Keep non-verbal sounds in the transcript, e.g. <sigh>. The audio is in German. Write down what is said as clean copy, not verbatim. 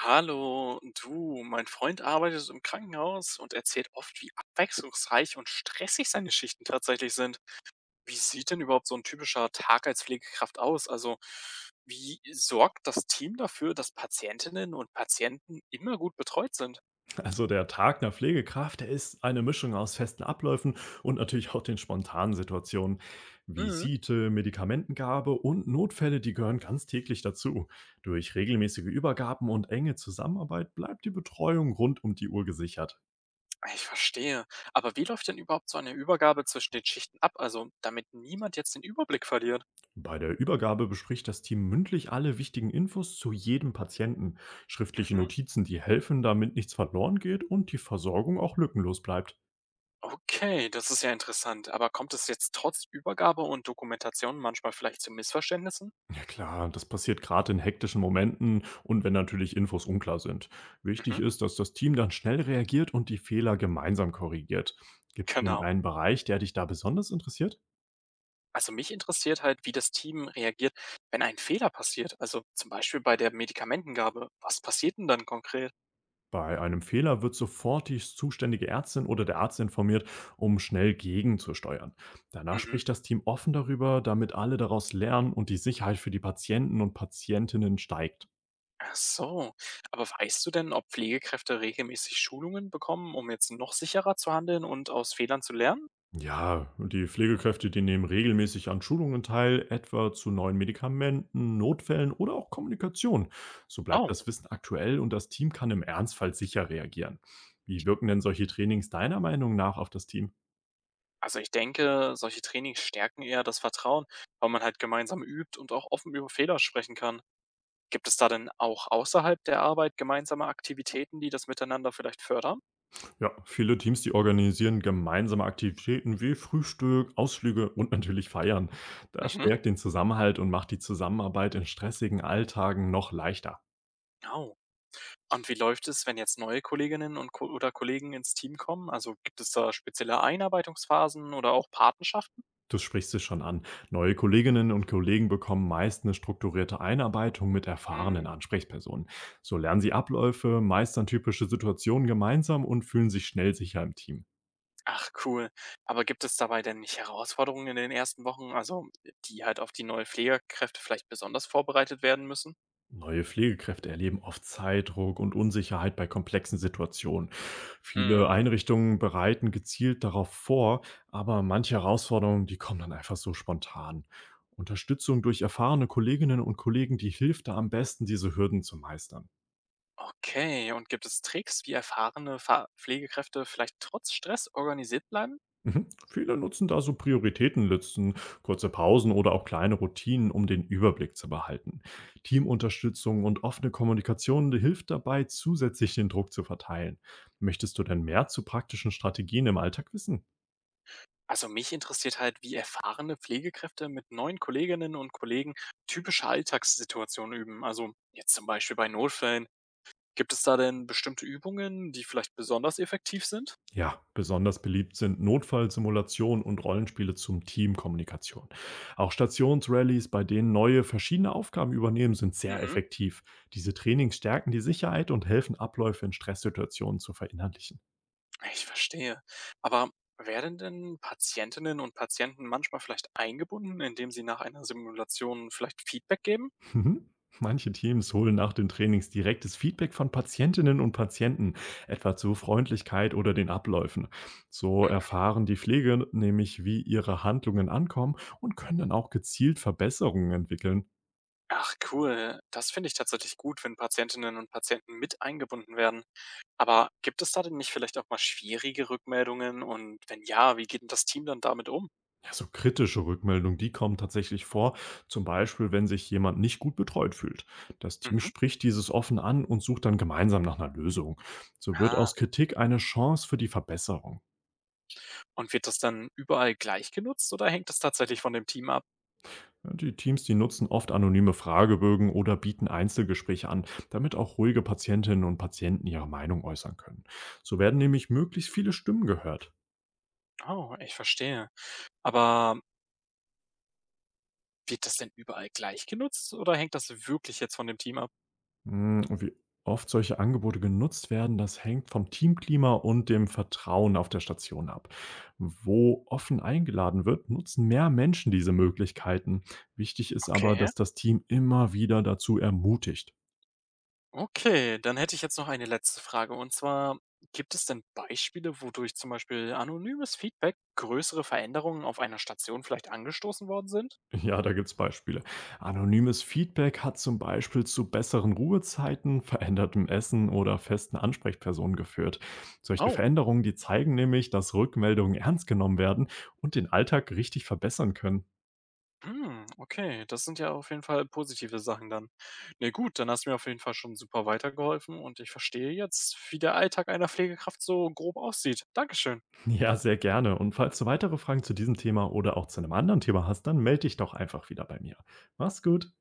Hallo, du, mein Freund arbeitet im Krankenhaus und erzählt oft, wie abwechslungsreich und stressig seine Schichten tatsächlich sind. Wie sieht denn überhaupt so ein typischer Tag als Pflegekraft aus? Also, wie sorgt das Team dafür, dass Patientinnen und Patienten immer gut betreut sind? Also der Tag einer Pflegekraft, der ist eine Mischung aus festen Abläufen und natürlich auch den spontanen Situationen. Mhm, Visite, Medikamentengabe und Notfälle, die gehören ganz täglich dazu. Durch regelmäßige Übergaben und enge Zusammenarbeit bleibt die Betreuung rund um die Uhr gesichert. ich verstehe. Aber wie läuft denn überhaupt so eine Übergabe zwischen den Schichten ab? Also, damit niemand jetzt den Überblick verliert. Bei der Übergabe bespricht das Team mündlich alle wichtigen Infos zu jedem Patienten. Schriftliche Mhm. Notizen, die helfen, damit nichts verloren geht und die Versorgung auch lückenlos bleibt. Okay, das ist ja interessant. Aber kommt es jetzt trotz Übergabe und Dokumentation manchmal vielleicht zu Missverständnissen? Klar, das passiert gerade in hektischen Momenten und wenn natürlich Infos unklar sind. Mhm, Wichtig ist, dass das Team dann schnell reagiert und die Fehler gemeinsam korrigiert. Gibt es denn genau. einen Bereich, der dich da besonders interessiert? Also mich interessiert halt, wie das Team reagiert, wenn ein Fehler passiert. Also zum Beispiel bei der Medikamentengabe. Was passiert denn dann konkret? Bei einem Fehler wird sofort die zuständige Ärztin oder der Arzt informiert, um schnell gegenzusteuern. Danach Mhm. spricht das Team offen darüber, damit alle daraus lernen und die Sicherheit für die Patienten und Patientinnen steigt. Ach so. Aber weißt du denn, ob Pflegekräfte regelmäßig Schulungen bekommen, um jetzt noch sicherer zu handeln und aus Fehlern zu lernen? Ja, und die Pflegekräfte, die nehmen regelmäßig an Schulungen teil, etwa zu neuen Medikamenten, Notfällen oder auch Kommunikation. So Oh. bleibt das Wissen aktuell und das Team kann im Ernstfall sicher reagieren. Wie wirken denn solche Trainings deiner Meinung nach auf das Team? Also ich denke, solche Trainings stärken eher das Vertrauen, weil man halt gemeinsam übt und auch offen über Fehler sprechen kann. Gibt es da denn auch außerhalb der Arbeit gemeinsame Aktivitäten, die das miteinander vielleicht fördern? Ja, viele Teams, die organisieren gemeinsame Aktivitäten wie Frühstück, Ausflüge und natürlich Feiern. Das Mhm. stärkt den Zusammenhalt und macht die Zusammenarbeit in stressigen Alltagen noch leichter. Oh. Und wie läuft es, wenn jetzt neue Kolleginnen und Ko oder Kollegen ins Team kommen? Also gibt es da spezielle Einarbeitungsphasen oder auch Patenschaften? Du sprichst es schon an. Neue Kolleginnen und Kollegen bekommen meist eine strukturierte Einarbeitung mit Mhm. erfahrenen Ansprechpersonen. So lernen sie Abläufe, meistern typische Situationen gemeinsam und fühlen sich schnell sicher im Team. Ach cool. Aber gibt es dabei denn nicht Herausforderungen in den ersten Wochen, also die halt auf die neuen Pflegekräfte vielleicht besonders vorbereitet werden müssen? Neue Pflegekräfte erleben oft Zeitdruck und Unsicherheit bei komplexen Situationen. Viele Mhm. Einrichtungen bereiten gezielt darauf vor, aber manche Herausforderungen, die kommen dann einfach so spontan. Unterstützung durch erfahrene Kolleginnen und Kollegen, die hilft da am besten, diese Hürden zu meistern. Okay, und gibt es Tricks, wie erfahrene Fa Pflegekräfte vielleicht trotz Stress organisiert bleiben? Mhm. Viele nutzen da so Prioritätenlisten, kurze Pausen oder auch kleine Routinen, um den Überblick zu behalten. Teamunterstützung und offene Kommunikation hilft dabei, zusätzlich den Druck zu verteilen. Möchtest du denn mehr zu praktischen Strategien im Alltag wissen? Also mich interessiert halt, wie erfahrene Pflegekräfte mit neuen Kolleginnen und Kollegen typische Alltagssituationen üben. Also jetzt zum Beispiel bei Notfällen. Gibt es da denn bestimmte Übungen, die vielleicht besonders effektiv sind? Ja, besonders beliebt sind Notfallsimulationen und Rollenspiele zum Teamkommunikation. Auch Stationsrallies, bei denen neue verschiedene Aufgaben übernehmen, sind sehr Mhm, effektiv. Diese Trainings stärken die Sicherheit und helfen, Abläufe in Stresssituationen zu verinnerlichen. ich verstehe. Aber werden denn Patientinnen und Patienten manchmal vielleicht eingebunden, indem sie nach einer Simulation vielleicht Feedback geben? Mhm. Manche Teams holen nach den Trainings direktes Feedback von Patientinnen und Patienten, etwa zu Freundlichkeit oder den Abläufen. So Mhm. erfahren die Pflege nämlich, wie ihre Handlungen ankommen und können dann auch gezielt Verbesserungen entwickeln. Ach cool, das finde ich tatsächlich gut, wenn Patientinnen und Patienten mit eingebunden werden. Aber gibt es da denn nicht vielleicht auch mal schwierige Rückmeldungen und wenn ja, wie geht denn das Team dann damit um? Ja, so kritische Rückmeldungen, die kommen tatsächlich vor, zum Beispiel, wenn sich jemand nicht gut betreut fühlt. Das Team Mhm. spricht dieses offen an und sucht dann gemeinsam nach einer Lösung. So wird Ah, aus Kritik eine Chance für die Verbesserung. und wird das dann überall gleich genutzt oder hängt das tatsächlich von dem Team ab? Ja, die Teams, die nutzen oft anonyme Fragebögen oder bieten Einzelgespräche an, damit auch ruhige Patientinnen und Patienten ihre Meinung äußern können. So werden Mhm. nämlich möglichst viele Stimmen gehört. Oh, ich verstehe. Aber wird das denn überall gleich genutzt oder hängt das wirklich jetzt von dem Team ab? Und wie oft solche Angebote genutzt werden, das hängt vom Teamklima und dem Vertrauen auf der Station ab. Wo offen eingeladen wird, nutzen mehr Menschen diese Möglichkeiten. Wichtig ist aber, Okay. dass das Team immer wieder dazu ermutigt. Okay, dann hätte ich jetzt noch eine letzte Frage und zwar, gibt es denn Beispiele, wodurch zum Beispiel anonymes Feedback größere Veränderungen auf einer Station vielleicht angestoßen worden sind? <laughs> Ja, da gibt's Beispiele. Anonymes Feedback hat zum Beispiel zu besseren Ruhezeiten, verändertem Essen oder festen Ansprechpersonen geführt. Solche Oh, Veränderungen, die zeigen nämlich, dass Rückmeldungen ernst genommen werden und den Alltag richtig verbessern können. <laughs> hm, okay, das sind ja auf jeden Fall positive Sachen dann. Ne, gut, dann hast du mir auf jeden Fall schon super weitergeholfen und ich verstehe jetzt, wie der Alltag einer Pflegekraft so grob aussieht. Dankeschön. Ja, sehr gerne. Und falls du weitere Fragen zu diesem Thema oder auch zu einem anderen Thema hast, dann melde dich doch einfach wieder bei mir. Mach's gut.